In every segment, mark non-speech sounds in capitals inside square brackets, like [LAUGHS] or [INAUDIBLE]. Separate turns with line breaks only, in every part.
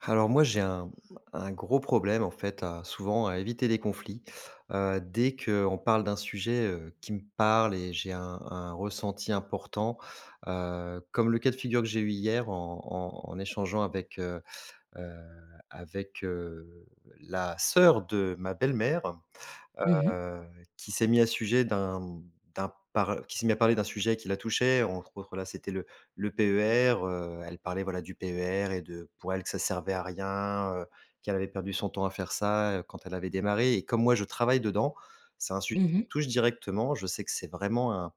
Alors moi, j'ai un gros problème en fait à souvent à éviter les conflits. Dès qu'on parle d'un sujet, qui me parle et j'ai un ressenti important, comme le cas de figure que j'ai eu hier en échangeant heu, avec la sœur de ma belle-mère,
Mmh mh.
heu, qui s'est mis à sujet d'un qui s'est mis à parler d'un sujet qui la touchait. Entre autres, là, c'était le PER. Elle parlait, voilà, du PER et de, pour elle, que ça servait à rien, qu'elle avait perdu son temps à faire ça, quand elle avait démarré. Et comme moi je travaille dedans, c'est un sujet
Mmh
qui me
mh.
touche directement. Je sais que c'est vraiment un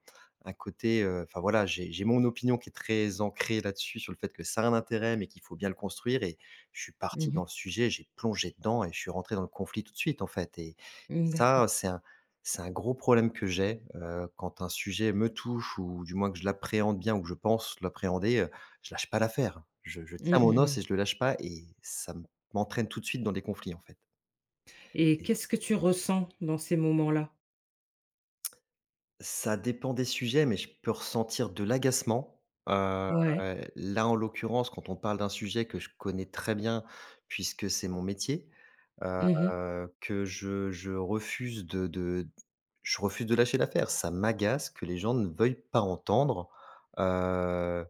un côté, enfin voilà, j'ai mon opinion qui est très ancrée là-dessus, sur le fait que ça a un intérêt, mais qu'il faut bien le construire. Et je suis
Mmh
parti dans le
mh.
sujet, j'ai plongé dedans et je suis rentré dans le conflit tout de suite, en fait. Et
Mmh,
ça,
d'accord.
c'est un gros problème que j'ai, quand un sujet me touche ou du moins que je l'appréhende bien ou que je pense l'appréhender. Je lâche pas l'affaire. Je tiens
Mmh
mon
mh
os
mh.
et je le lâche pas, et ça m'entraîne tout de suite dans des conflits, en fait.
Et qu'est-ce que tu ressens dans ces moments-là?
Ça dépend des sujets, mais je peux ressentir de l'agacement. Heu,
Ouais.
là, en l'occurrence, quand on parle d'un sujet que je connais très bien, puisque c'est mon métier, heu,
Mmh mh.
que je refuse de je refuse de lâcher l'affaire. Ça m'agace que les gens ne veuillent pas entendre. heu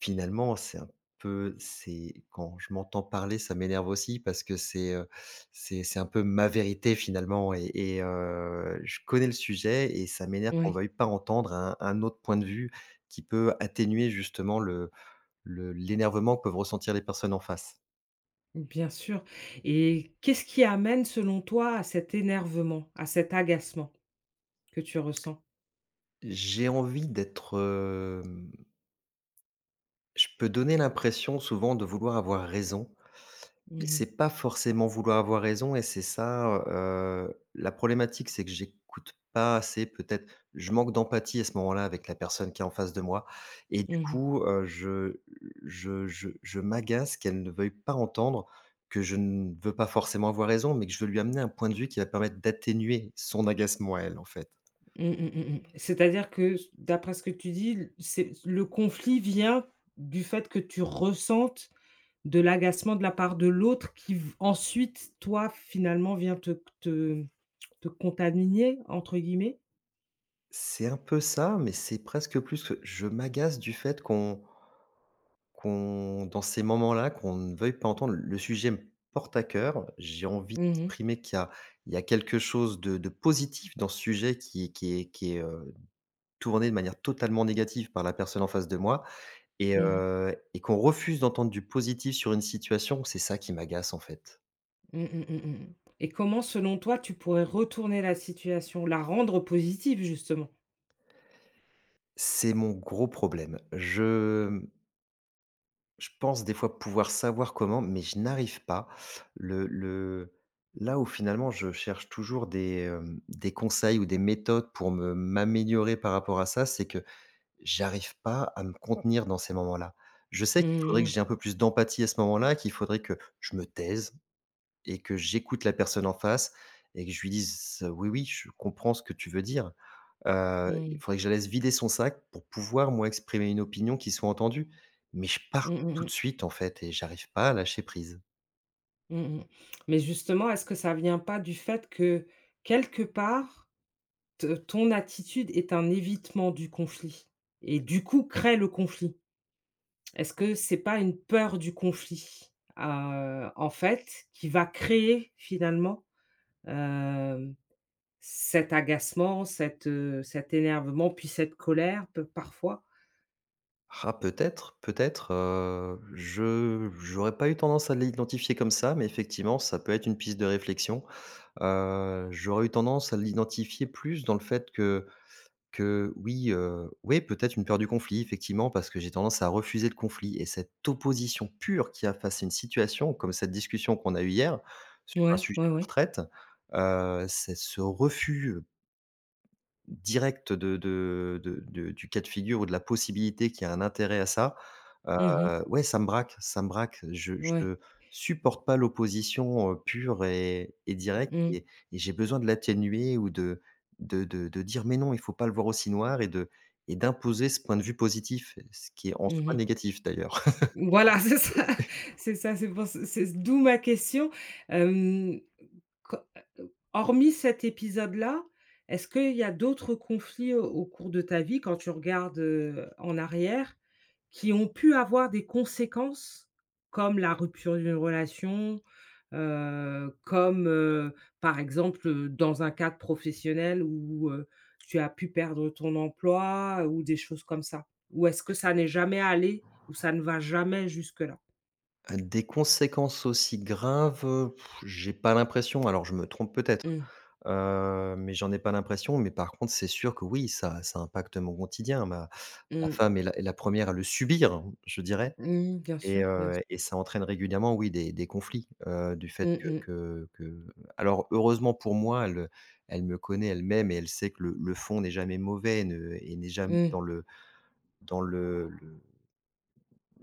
Finalement, c'est un peu c'est quand je m'entends parler, ça m'énerve aussi, parce que c'est un peu ma vérité finalement. Et je connais le sujet, et ça m'énerve qu'on
Oui,
veuille pas entendre un autre point de vue qui peut atténuer justement le l'énervement que peuvent ressentir les personnes en face.
bien sûr. Et qu'est-ce qui amène, selon toi, à cet énervement, à cet agacement que tu ressens?
J'ai envie d'être, hem je peux donner l'impression souvent de vouloir avoir raison. Mais
Mmh mh.
c'est pas forcément vouloir avoir raison, et c'est ça, la problématique: c'est que j'écoute pas assez peut-être. Je manque d'empathie à ce moment-là avec la personne qui est en face de moi, et du
Mmh mh.
coup, je m'agace qu'elle ne veuille pas entendre que je ne veux pas forcément avoir raison, mais que je veux lui amener un point de vue qui va permettre d'atténuer son agacement à elle, en fait.
Mmh mh mh mh. C'est-à-dire que s d'après ce que tu dis, l c'est le conflit vient du fait que tu ressentes de l'agacement de la part de l'autre qui v ensuite, toi, finalement, vient te te «contaminer» entre guillemets?
C'est un peu ça, mais c'est presque plus que je m'agace du fait qu'on, dans ces moments-là, qu'on ne veuille pas entendre. Le sujet me porte à cœur. J'ai envie
Mhm, mhm,
d'exprimer qu'il y a quelque chose de positif dans ce sujet, qui est tourné de manière totalement négative par la personne en face de moi. et
mmh mh.
heu et qu'on refuse d'entendre du positif sur une situation, c'est ça qui m'agace, en fait.
Mmh mh, mmh. Et comment, selon toi, tu pourrais retourner la situation, la rendre positive justement?
C'est mon gros problème. Je pense des fois pouvoir savoir comment, mais je n'arrive pas. Le là où finalement je cherche toujours des conseils ou des méthodes pour me m'améliorer par rapport à ça, c'est que j'arrive pas à me contenir dans ces moments-là. Je sais qu'il faudrait que
Mhm,
j'ai un peu plus d'empathie à ce moment-là, qu'il faudrait que je me taise et que j'écoute la personne en face et que je lui dise: «Oui, oui, je comprends ce que tu veux dire». Il
mhm,
faudrait que je la laisse vider son sac pour pouvoir, moi, exprimer une opinion qui soit entendue. Mais je pars
mhm, mhm.
tout de
Mh.
suite en fait, et j'arrive pas à lâcher prise.
Mmh. Mais justement, est-ce que ça vient pas du fait que, quelque part, te ton attitude est un évitement du conflit et du coup crée le conflit? Est-ce que c'est pas une peur du conflit, en fait, qui va créer finalement, cet agacement, cet énervement, puis cette colère peut parfois.
Ah, peut-être, peut-être, je j'aurais pas eu tendance à l'identifier comme ça, mais effectivement, ça peut être une piste de réflexion. J'aurais eu tendance à l'identifier plus dans le fait que oui, ouais, peut-être une peur du conflit, effectivement, parce que j'ai tendance à refuser le conflit et cette opposition pure qu'il y a face à une situation, comme cette discussion qu'on a eue hier sur un
Ouais,
sujet
ouais,
de
ouais.
retraite. C'est ce refus direct de du cas de figure, ou de la possibilité qu'il y a un intérêt à ça. heu,
Mmh.
ouais, ça me braque, ça me braque. Je
Ouais.
je supporte pas l'opposition, pure et directe,
Mmh.
et j'ai besoin de l'atténuer ou de dire: «Mais non, il faut pas le voir aussi noir», et d'imposer ce point de vue positif, ce qui est en soi
Mmh.
négatif d'ailleurs. [LAUGHS]
Voilà, [LAUGHS] c'est ça, c'est ça, c'est d'où ma question. Hem, co hormis cet épisode-là, est-ce qu'il y a d'autres conflits au cours de ta vie, quand tu regardes, en arrière, qui ont pu avoir des conséquences, comme la rupture d'une relation. Comme, par exemple, dans un cadre professionnel où, tu as pu perdre ton emploi ou des choses comme ça? Ou est-ce que ça n'est jamais allé ou ça ne va jamais jusque-là?
Des conséquences aussi graves, j'ai pas l'impression. Alors, je me trompe peut-être.
Mmh.
Mais j'en ai pas l'impression. Mais par contre, c'est sûr que oui, ça impacte mon quotidien. Ma
Mmh.
femme est la 1re à le subir, je dirais,
Mmh, bien
et
sûr, bien
heu et
sûr.
ça entraîne régulièrement, oui, des conflits, du fait
Mmh
que
mh.
que que alors, heureusement pour moi, elle, elle me connaît, elle m'aime, et elle sait que le fond n'est jamais mauvais, et n'est jamais
Mmh.
dans le,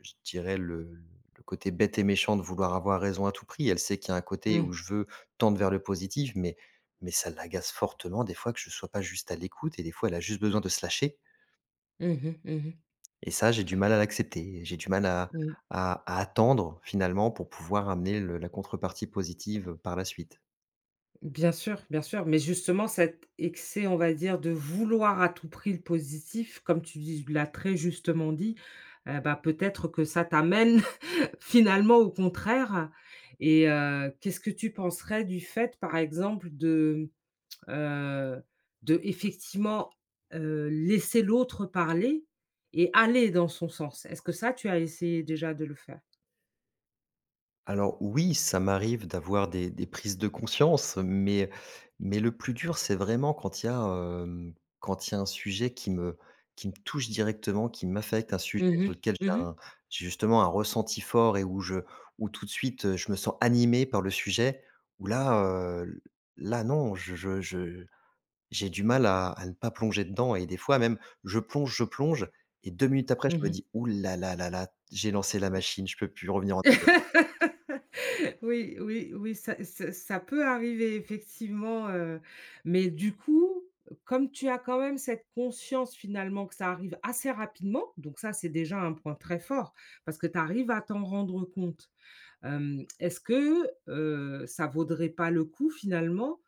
je dirais, le côté bête et méchant de vouloir avoir raison à tout prix. Elle sait qu'il y a un côté
Mmh.
où je veux tendre vers le positif, mais ça l'agace fortement des fois que je ne sois pas juste à l'écoute. Et des fois elle a juste besoin de se lâcher,
Mmh mh. Mmh.
et ça, j'ai du mal à l'accepter. J'ai du mal à
Mmh.
attendre finalement pour pouvoir amener le la contrepartie positive par la suite.
Bien sûr, mais justement cet excès, on va dire, de vouloir à tout prix le positif, comme tu dis l'as très justement dit, bah, peut-être que ça t'amène finalement, au contraire. Et qu'est-ce que tu penserais du fait, par exemple, de, heu, effectivement, laisser l'autre parler et aller dans son sens? Est-ce que ça, tu as essayé déjà de le faire?
Alors oui, ça m'arrive d'avoir des prises de conscience, mais le plus dur, c'est vraiment quand il y a, hem, quand il y a un sujet qui me touche directement, qui m'affecte, un sujet
Mmh
sur
mh.
lequel
Mmh.
j'ai justement un ressenti fort, et où tout de suite, je me sens animé par le sujet, où là, heu, là non, je j'ai du mal à ne pas plonger dedans. Et des fois même, je plonge, je plonge, et 2 minutes après, je me
Mmh.
dis: «Ouh là là là là, j'ai lancé la machine, je peux plus revenir en
[LAUGHS] Oui, oui, oui, ça peut arriver effectivement, mais du coup, comme tu as quand même cette conscience finalement que ça arrive assez rapidement, donc ça, c'est déjà un point très fort parce que tu arrives à t'en rendre compte. Est-ce que, ça vaudrait pas le coup finalement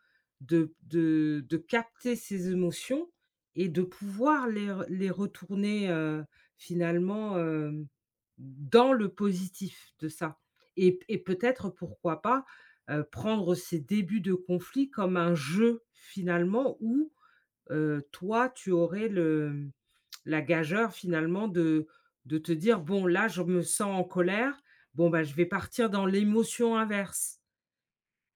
de capter ces émotions et de pouvoir les retourner, finalement, dans le positif de ça? Et peut-être pourquoi pas, prendre ces débuts de conflit comme un jeu finalement où, toi tu aurais le la gageure finalement de te dire: «Bon là, je me sens en colère, bon bah, je vais partir dans l'émotion inverse»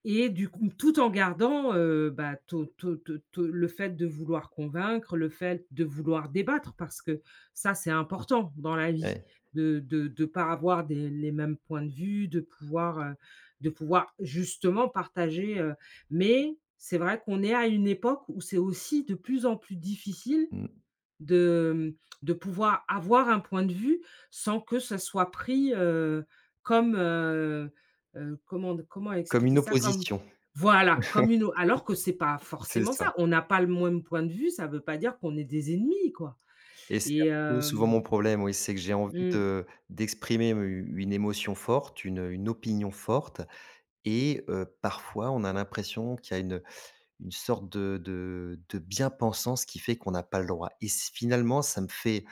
et du coup tout en gardant, bah, to to te te le fait de vouloir convaincre, le fait de vouloir débattre parce que ça, c'est important dans la vie
arrière». Ouais.
de pas avoir des les mêmes points de vue, de pouvoir justement partager. Mais c'est vrai qu'on est à une époque où c'est aussi de plus en plus difficile
Mmh.
de, mmh, de pouvoir avoir un point de vue sans que ça soit pris, comme, heu comment
Comme
expliquer
une
ça? Comme,
opposition,
voilà, comme une alors que c'est pas
c'est
forcément
ça.
ça. On n'a pas le même point de vue, ça veut pas dire qu'on est des ennemis, quoi.
Et c'est
et
un peu souvent mon
hem,
problème, oui, c'est que j'ai envie
mmh,
de d'exprimer u une émotion forte, une opinion forte. Et parfois on a l'impression qu'il y a une sorte de bien-pensance, qui fait qu'on n'a pas le droit, et c finalement ça me fait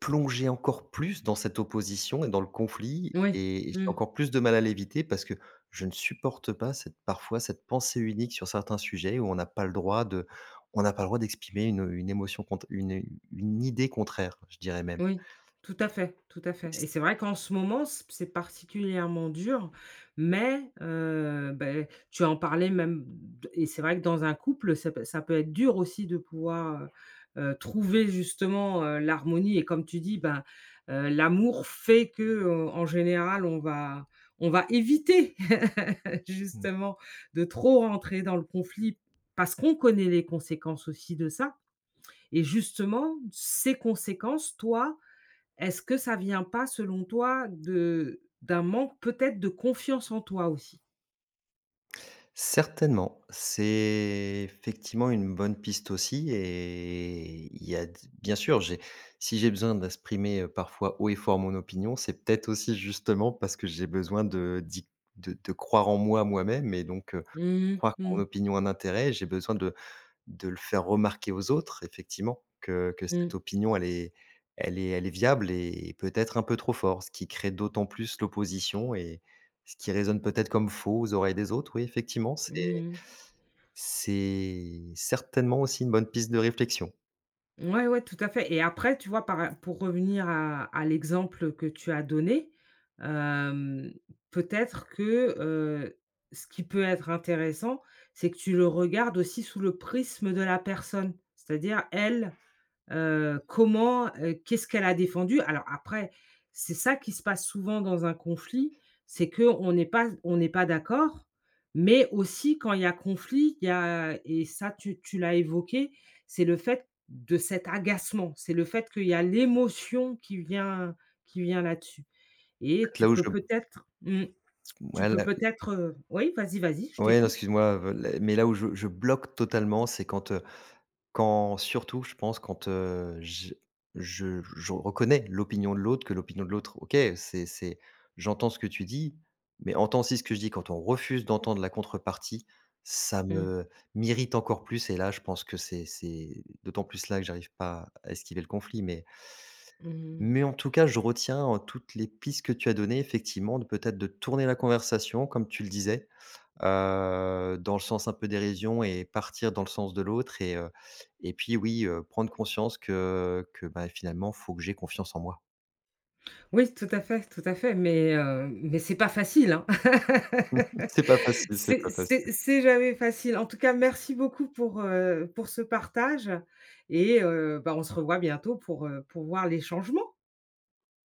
plonger encore plus dans cette opposition et dans le conflit,
ouais.
et j'ai
Mmh.
encore plus de mal à l'éviter, parce que je ne supporte pas cette, parfois, cette pensée unique sur certains sujets, où on n'a pas le droit d'exprimer une idée contraire, je dirais même.
Oui, tout à fait et c'est vrai qu'en ce moment, c'est particulièrement dur, mais beh, tu en parlais même d et c'est vrai que dans un couple, ça peut être dur aussi de pouvoir, trouver justement, l'harmonie et comme tu dis, ben, l'amour fait que, en général, on va éviter [LAUGHS] justement de trop rentrer dans le conflit parce qu'on connaît les conséquences aussi de ça et justement, ces conséquences, toi, est-ce que ça vient pas, selon toi, de d'un manque peut-être de confiance en toi aussi?
Certainement, c'est effectivement une bonne piste aussi. Et il y a d bien sûr, j'ai si j'ai besoin d'exprimer, parfois haut et fort, mon opinion, c'est peut-être aussi justement parce que j'ai besoin de d'y de croire en moi, moi-même, et donc,
Mmh
croire que mon
mh.
opinion a un intérêt, j'ai besoin de le faire remarquer aux autres, effectivement, que
Mmh.
cette opinion, elle est, elle est viable, et peut-être un peu trop fort, ce qui crée d'autant plus l'opposition, et ce qui résonne peut-être comme faux aux oreilles des autres. Oui, effectivement, c'est
Mmh.
c'est certainement aussi une bonne piste de réflexion.
Ouais, ouais, tout à fait et après, tu vois, par pour revenir à l'exemple que tu as donné, hem, peut-être que, ce qui peut être intéressant, c'est que tu le regardes aussi sous le prisme de la personne. C'est-à-dire elle, qu'est-ce qu'elle a défendu? Alors après, c'est ça qui se passe souvent dans un conflit, c'est que on n'est pas d'accord, mais aussi quand il y a conflit, il y a et ça tu l'as évoqué, c'est le fait de cet agacement, c'est le fait qu'il y a l'émotion qui vient là-dessus et
Fait,
tu
là où je
peux peut-être mmh. Tu
ouais,
peux
là
peut-être, oui, vas-y, vas-y, je
ouais, non,
t'écoute.
excuse-moi, l mais là où je bloque totalement, c'est quand, surtout, je pense, quand, je reconnais l'opinion de l'autre, que l'opinion de l'autre, OK, c'est j'entends ce que tu dis, mais entends aussi ce que je dis. Quand on refuse d'entendre la contrepartie, ça
Mmh.
me m'irrite encore plus, et là, je pense que c'est d'autant plus là que j'arrive pas à esquiver le conflit. Mais
Mmh.
en tout cas, je retiens, toutes les pistes que tu as données, effectivement, de, peut-être, de tourner la conversation, comme tu le disais, dans le sens un peu dérision et partir dans le sens de l'autre. Et puis oui, prendre conscience bah, finalement, faut que j'aie confiance en moi.
Oui, tout à fait, mais c'est pas facile, hein.
[LAUGHS]
[LAUGHS]
C'est pas facile, c'est pas
C'est c'est
facile.
c'est jamais facile. En tout cas, merci beaucoup pour ce partage et bah, on se revoit bientôt pour voir les changements.